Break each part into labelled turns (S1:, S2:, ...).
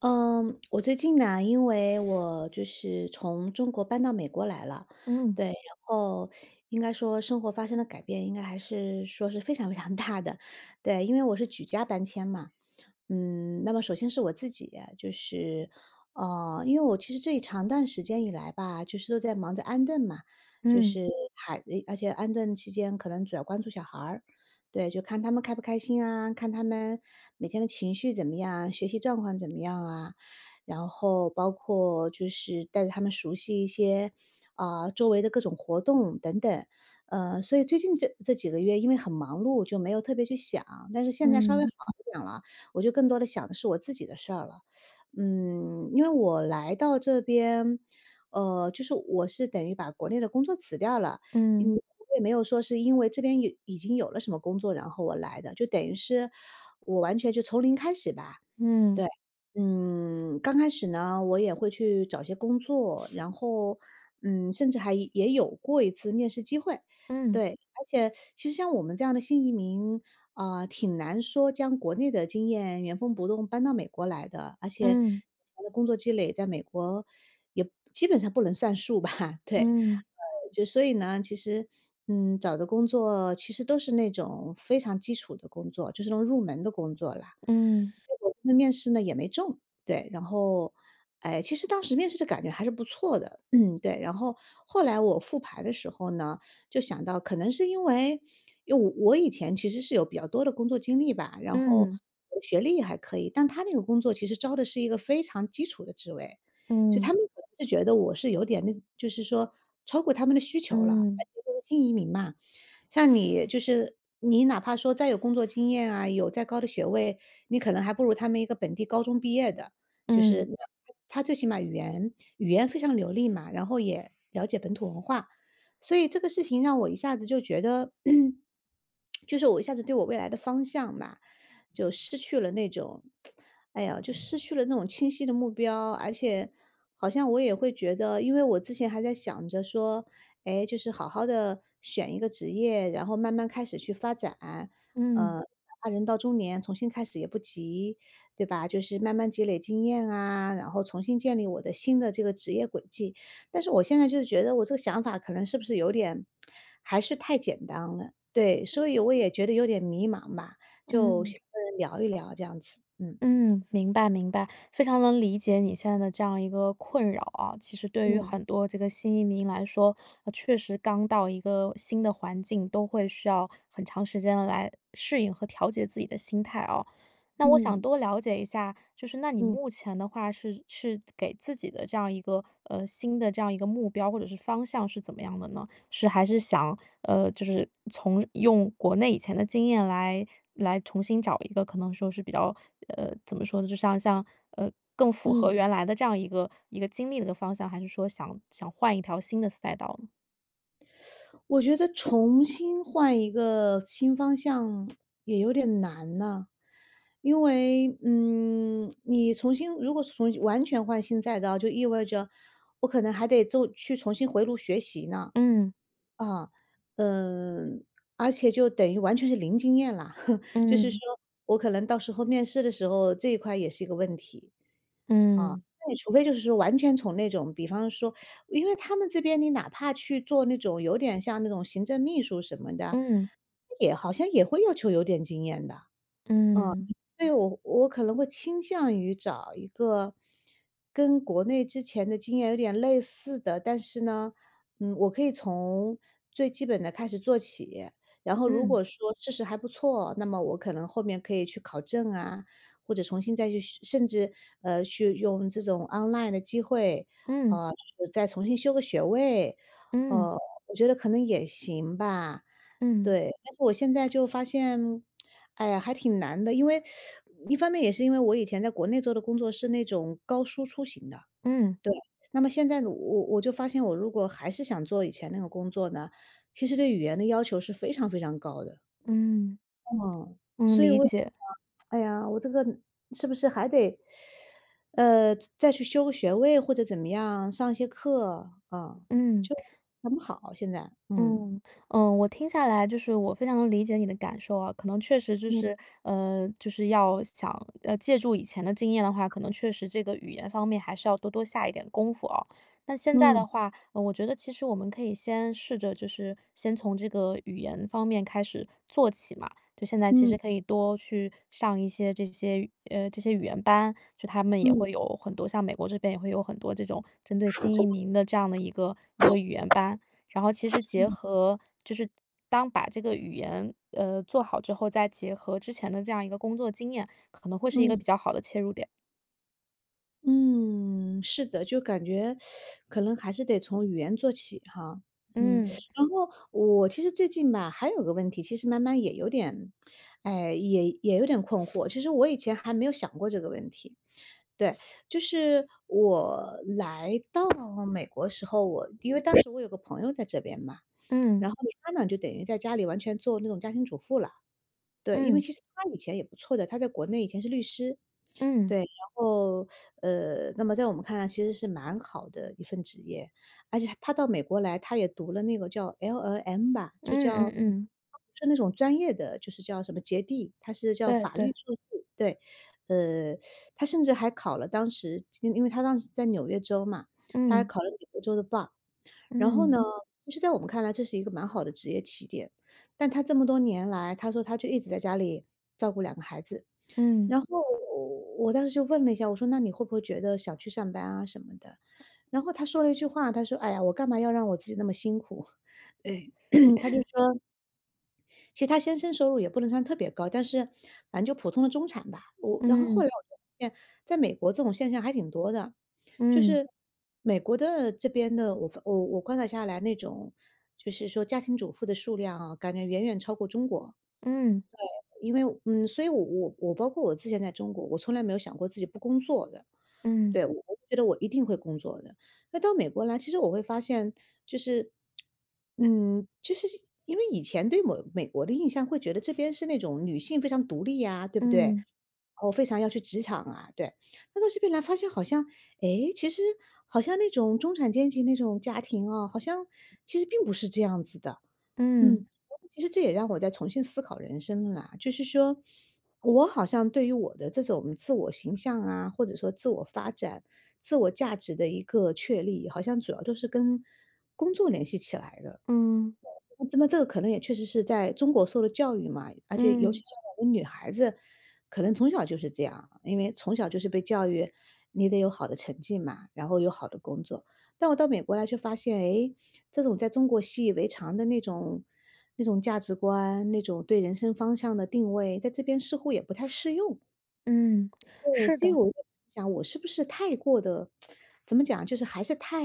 S1: 嗯，我最近呢，因为我就是从中国搬到美国来了，
S2: 嗯。
S1: 对，然后应该说生活发生的改变，应该还是说是非常非常大的，对，因为我是举家搬迁嘛，那么首先是我自己，就是，因为我其实这一长段时间以来吧，就是都在忙着安顿嘛，就
S2: 嗯。
S1: 是还而且安顿期间可能主要关注小孩儿对，就看他们开不开心啊，看他们每天的情绪怎么样啊，学习状况怎么样啊，然后包括就是带着他们熟悉一些啊、周围的各种活动等等。所以最近这几个月因为很忙碌，就没有特别去想，但是现在稍微
S2: 嗯。
S1: 好一点了，我就更多的想的是我自己的事儿了。因为我来到这边，就是我是等于把国内的工作辞掉了，
S2: 嗯。
S1: 我也没有说是因为这边有已经有了什么工作，然后我来的，就等于是我完全就从零开始吧。
S2: 嗯。
S1: 对，刚开始呢，我也会去找一些工作，然后，甚至还也有过一次面试机会。
S2: 嗯。
S1: 对，而且其实像我们这样的新移民，挺难说将国内的经验原封不动搬到美国来的，而且
S2: 嗯。
S1: 以前的工作积累在美国也基本上不能算数吧？对，
S2: 嗯。嗯。
S1: 就所以呢，其实。找的工作其实都是那种非常基础的工作，就是那种入门的工作啦。
S2: 嗯。
S1: 那面试呢也没中，对，然后，哎，其实当时面试的感觉还是不错的，嗯，对，然后后来我复盘的时候呢，就想到可能是因为，因为我以前其实是有比较多的工作经历吧，然后
S2: 嗯。
S1: 学历也还可以，但他那个工作其实招的是一个非常基础的职位，所以他
S2: 嗯。
S1: 们可能是觉得我是有点那，就是说超过他们的需求了。
S2: 嗯。嗯。
S1: 就是新移民嘛，像你就是你哪怕说再有工作经验啊，有再高的学位，你可能还不如他们一个本地高中毕业的，就是
S2: 嗯。
S1: 那他最起码语言非常流利嘛，然后也了解本土文化，所以这个事情让我一下子就觉得，就是我一下子对我未来的方向嘛，就失去了那种，哎呀，就失去了那种清晰的目标，而且好像我也会觉得，因为我之前还在想着说，哎，就是好好的选一个职业，然后慢慢开始去发展。
S2: 嗯。
S1: 哪怕人到中年重新开始也不急，对吧？就是慢慢积累经验啊，然后重新建立我的新的这个职业轨迹。但是我现在就是觉得我这个想法可能是不是有点还是太简单了，对，所以我也觉得有点迷茫吧，就
S2: 嗯。
S1: 想跟人聊一聊这样子，嗯
S2: 嗯，明白明白，非常能理解你现在的这样一个困扰啊。其实对于
S1: 嗯，
S2: 很多这个新移民来说，确实刚到一个新的环境，都会需要很长时间的来适应和调节自己的心态哦。那我想
S1: 嗯，
S2: 多了解一下，就是那你
S1: 嗯。
S2: 目前的话是给自己的这样一个，新的这样一个目标或者是方向是怎么样的呢？是还是想，就是从用国内以前的经验来重新找一个可能说是比较，怎么说呢，就像，呃，更符
S1: 嗯，嗯。
S2: 合原来的这样一个经历的一个方向，还是说想想换一条新的赛道呢？
S1: 我觉得重新换一个新方向也有点难呢，因为，你如果是重新完全换新赛道，就意味着我可能还得就去重新回炉学习呢，
S2: 嗯。
S1: 啊，嗯，而且就等于完全是零经验啦。就是说
S2: 嗯。
S1: 我可能到时候面试的时候，这一块也是一个问题。啊，
S2: 嗯。
S1: 那你除非就是说完全从那种，比方说因为他们这边你哪怕去做那种有点像那种行政秘书什么的，
S2: 嗯。
S1: 也好像也会要求有点经验的，嗯。
S2: 嗯。
S1: 所以我可能会倾向于找一个跟国内之前的经验有点类似的，但是呢，嗯，我可以从最基本的开始做起。然后如
S2: 嗯。
S1: 果说事实还不错，那么我可能后面可以去考证啊，或者重新再去学甚至去用这种 online 的机会，
S2: 嗯。
S1: 呃，就是再重新修个学位，
S2: 嗯。
S1: 呃，我觉得可能也行吧。
S2: 嗯。
S1: 对，但是我现在就发现，哎呀，还挺难的。因为一方面也是因为我以前在国内做的工作是那种高输出型的，
S2: 嗯。
S1: 对。那么现在呢，我就发现我如果还是想做以前那个工作呢，其实对语言的要求是非常非常高的。
S2: 嗯。
S1: 嗯，
S2: 嗯，
S1: 所以
S2: 理
S1: 我也在
S2: 解。
S1: 想，哎呀，我这个是不是还得，再去修个学位或者怎么样，上一些课啊，
S2: 嗯。
S1: 就很不好现在。嗯
S2: 嗯，嗯，我听下来就是我非常能理解你的感受啊，可能确实就是，
S1: 嗯
S2: 就是要想，借助以前的经验的话，可能确实这个语言方面还是要多多下一点功夫哦。那现在
S1: 嗯
S2: 的话，我觉得其实我们可以先试着就是先从这个语言方面开始做起嘛。就现在其
S1: 嗯
S2: 实可以多去上一些这些语言班，就他们也
S1: 嗯
S2: 会有很多，像美国这边也会有很多这种针对新移民的这样的一个语言班。然后其实结合就是当把这个语言，做好之后，再结合之前的这样一个工作经验，可能会是一个
S1: 嗯。
S2: 比较好的切入点。
S1: 嗯，是的，就感觉可能还是得从语言做起哈。嗯，
S2: 嗯，
S1: 然后我其实最近吧，还有个问题，其实慢慢也有点，哎，也有点困惑。其实我以前还没有想过这个问题。对，就是我来到美国时候，我因为当时我有个朋友在这边嘛，
S2: 嗯，
S1: 然后他呢就等于在家里完全做那种家庭主妇了。对，因为
S2: 嗯，
S1: 其实他以前也不错的，他在国内以前是律师。
S2: 嗯，
S1: 对，然后，那么在我们看来其实是蛮好的一份职业，而且他到美国来，他也读了那个叫 LLM 吧，就
S2: 嗯
S1: 叫
S2: 嗯嗯，
S1: 是那种专业的，就是叫什么杰地，他是叫
S2: 对
S1: 法律
S2: 对，
S1: 硕士，对。呃，他甚至还考了当时因为他当时在纽约州嘛，他还
S2: 嗯，
S1: 考了纽约州的 bar。然后呢，
S2: 嗯，
S1: 其实在我们看来这是一个蛮好的职业起点，但他这么多年来，他说他就一直在家里照顾两个孩子。
S2: 嗯，
S1: 然后我当时就问了一下，我说：“那你会不会觉得想去上班啊什么的？”然后他说了一句话，他说：“哎呀，我干嘛要让我自己那么辛苦。”对，他就说其实她先生收入也不能算特别高，但是反正就普通的中产吧。然后后来
S2: 嗯，
S1: 我就发现，在美国这种现象还挺多的，就是美国的这边的，我发我我观察下来那种，就是说家庭主妇的数量啊，感觉远远超过中国。
S2: 嗯，
S1: 因为所以我包括我之前在中国，我从来没有想过自己不工作的。
S2: 嗯，嗯，
S1: 对，我觉得我一定会工作的。那到美国来，其实我会发现，就是，就是因为以前对美国的印象会觉得这边是那种女性非常独立呀、对不对？
S2: 嗯，
S1: 我非常要去职场啊，对。那到这边来发现，好像，诶，其实好像那种中产阶级那种家庭啊，好像其实并不是这样子的。
S2: 嗯，
S1: 嗯，其实这也让我在重新思考人生啦。就是说，我好像对于我的这种自我形象啊，或者说自我发展、自我价值的一个确立，好像主要都是跟工作联系起来的。
S2: 嗯，
S1: 那么这个可能也确实是在中国受的教育嘛，而且尤其
S2: 嗯，
S1: 像我们女孩子，可能从小就是这样，因为从小就是被教育，你得有好的成绩嘛，然后有好的工作。但我到美国来却发现，诶，这种在中国习以为常的那种价值观，那种对人生方向的定位，在这边似乎也不太适用。
S2: 嗯，
S1: 对，
S2: 是
S1: 所以
S2: 的。
S1: 我就想，我是不是太过的，怎么讲，就是还是太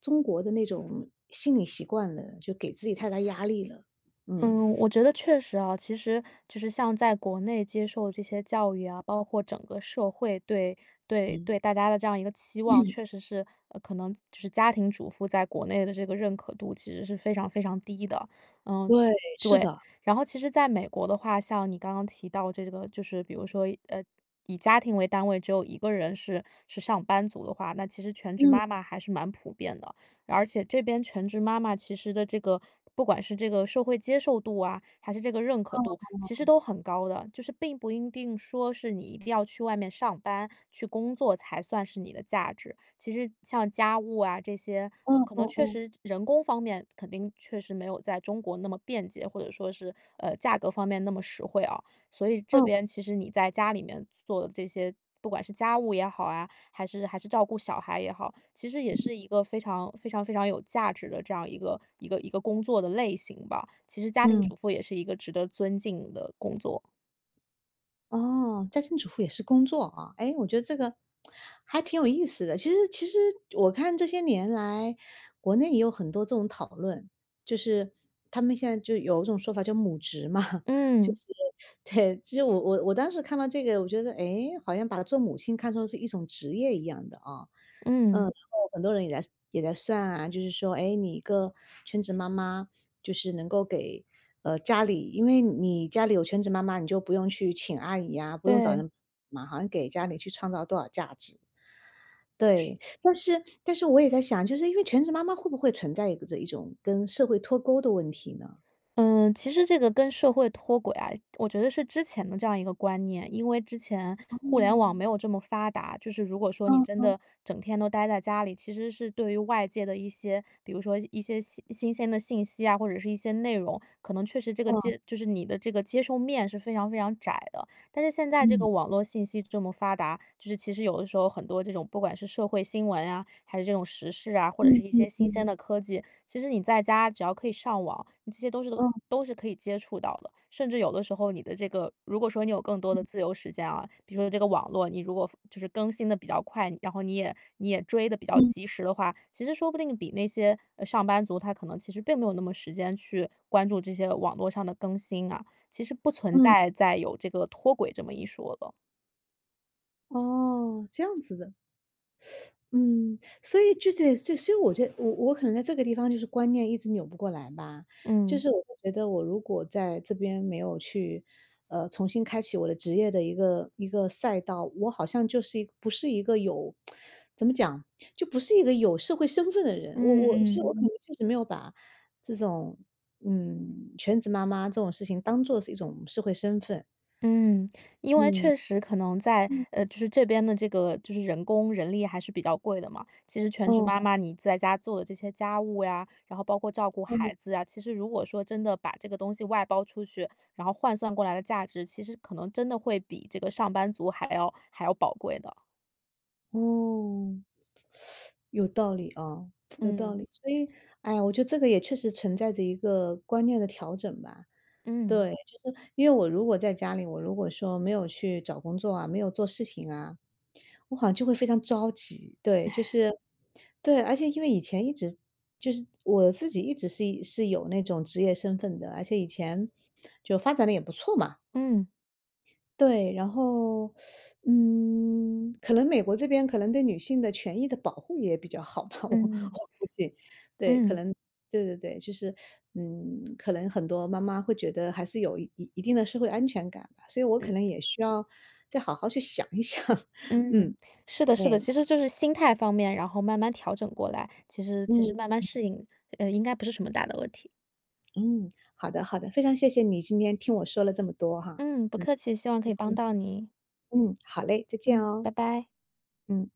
S1: 中国的那种心理习惯了，就给自己太大压力了。嗯。
S2: 嗯，我觉得确实啊，其实就是像在国内接受这些教育啊，包括整个社会对对
S1: 嗯。
S2: 对大家的这样一个期望，确 实是可能就是家庭主妇在国内的这个认可度其实是非常非常低的。嗯，
S1: 对，是
S2: 对。
S1: 的，
S2: 然后其实在美国的话，像你刚刚提到这个，就是比如说呃，以家庭为单位只有一个人是上班族的话，那其实全职
S1: 嗯，
S2: 妈妈还是蛮普遍的。而且这边全职妈妈其实的这个，不管是这个社会接受度啊，还是这个认可度，其实都很高的。就是并不一定说是你一定要去外面上班去工作才算是你的价值。其实像家务啊这些，
S1: 嗯
S2: 可能
S1: 嗯
S2: 确
S1: 嗯，
S2: 实人工方面肯定确实没有在中国那么便捷，或者说是价格方面那么实惠啊。所以这
S1: 嗯，
S2: 边其实你在家里面做的这些，不管是家务也好啊，还是照顾小孩也好，其实也是一个非常非常非常有价值的这样一个工作的类型吧。其实家庭
S1: 嗯。
S2: 主妇也是一个值得尊敬的工作。
S1: 哦，家庭主妇也是工作啊，哎，我觉得这个还挺有意思的。其实我看这些年来，国内也有很多这种讨论，就是他们现在就有一种说法叫“母职”嘛，就
S2: 嗯
S1: 是对，其实我当时看到这个，我觉得哎，诶好像把做母亲看作是一种职业一样的啊，然
S2: 嗯，
S1: 后很多人也在算啊，就是说，哎，你一个全职妈妈。就是能够给家里，因为你家里有全职妈妈，你就不用去请阿姨呀、不用找
S2: 对。
S1: 人嘛，好像给家里去创造多少价值。对，但是我也在想，就是因为全职妈妈会不会存在一个这一种跟社会脱钩的问题呢？
S2: 嗯，其实这个跟社会脱轨啊，我觉得是之前的这样一个观念。因为之前互联网
S1: 哦，
S2: 没有这么发达，就是如果说你真的整天都待在家里，其实是对于外界的一些，比如说一些新鲜的信息啊，或者是一些内容，可能确实这个
S1: 哦，
S2: 就是你的这个接受面是非常非常窄的。但是现在这
S1: 嗯，
S2: 个网络信息这么发达，就是其实有的时候很多这种不管是社会新闻啊，还是这种时事啊，或者
S1: 嗯
S2: 是一
S1: 嗯
S2: 些新
S1: 嗯嗯
S2: 鲜的科技，其实你在家只要可以上网，你这些都是都
S1: 哦，
S2: 都是可以接触到的。甚至有的时候，你的这个如果说你有更多的自由时间啊，比如说这个网络，你如果就是更新的比较快，然后你也追的比较
S1: 嗯
S2: 及时的话，其实说不定比那些上班族他可能其实并没有那么时间去关注这些网络上的更新啊，其实不存
S1: 嗯，
S2: 在再有这个脱轨这么一说了。
S1: 哦，这样子的。嗯，所以就对对，所以我觉得我可能在这个地方就是观念一直扭不过来吧，就
S2: 嗯。
S1: 是我会觉得我如果在这边没有去，重新开启我的职业的一个赛道，我好像就是不是一个有，怎么讲，就不是一个有社会身份的人，我
S2: 嗯
S1: 我就是我
S2: 嗯。
S1: 可能确实没有把这种，嗯，全职妈妈这种事情当做是一种社会身份，
S2: 嗯，因为
S1: 嗯，
S2: 确实可能在，
S1: 嗯。
S2: 就是这边的这个就是人工人力还是比较贵的嘛。其实全职
S1: 哦，
S2: 妈妈你在家做的这些家务呀，然后包括照顾
S1: 哦，
S2: 孩子呀，其实如果说真的把这个东西外包出去，然后换算过来的价值，其实可能真的会比这个上班族还要宝贵的。
S1: 哦。有道理哦，有道
S2: 嗯。
S1: 理。所以，哎呀，我觉得这个也确实存在着一个观念的调整吧。
S2: 嗯。
S1: 对，因为我如果在家里，我如果说没有去找工作啊，没有做事情啊，我好像就会非常着急。对，就是对，而且因为以前一直就是我自己一直是有那种职业身份的，而且以前就发展的也不错嘛。
S2: 嗯。
S1: 对，然后，可能美国这边可能对女性的权益的保护也比较好吧，我 我
S2: 嗯。
S1: 估计，对，可
S2: 嗯。
S1: 能，对对对，就是，可能很多妈妈会觉得还是有一定的社会安全感吧，所以我
S2: 嗯。
S1: 可能也需要再好好去想一想，嗯。
S2: 嗯，是的，是的，
S1: 嗯，对，
S2: 其实就是心态方面，然后慢慢调整过来，其实其
S1: 嗯
S2: 实慢慢适应，应该不是什么大的问题。
S1: 嗯，好的好的，非常谢谢你今天听我说了这么多哈，
S2: 嗯，不
S1: 嗯，
S2: 客气，希望可
S1: 谢
S2: 以
S1: 谢，
S2: 帮到你。
S1: 嗯，好嘞，再见
S2: 嗯，
S1: 哦，
S2: 拜拜。
S1: 嗯。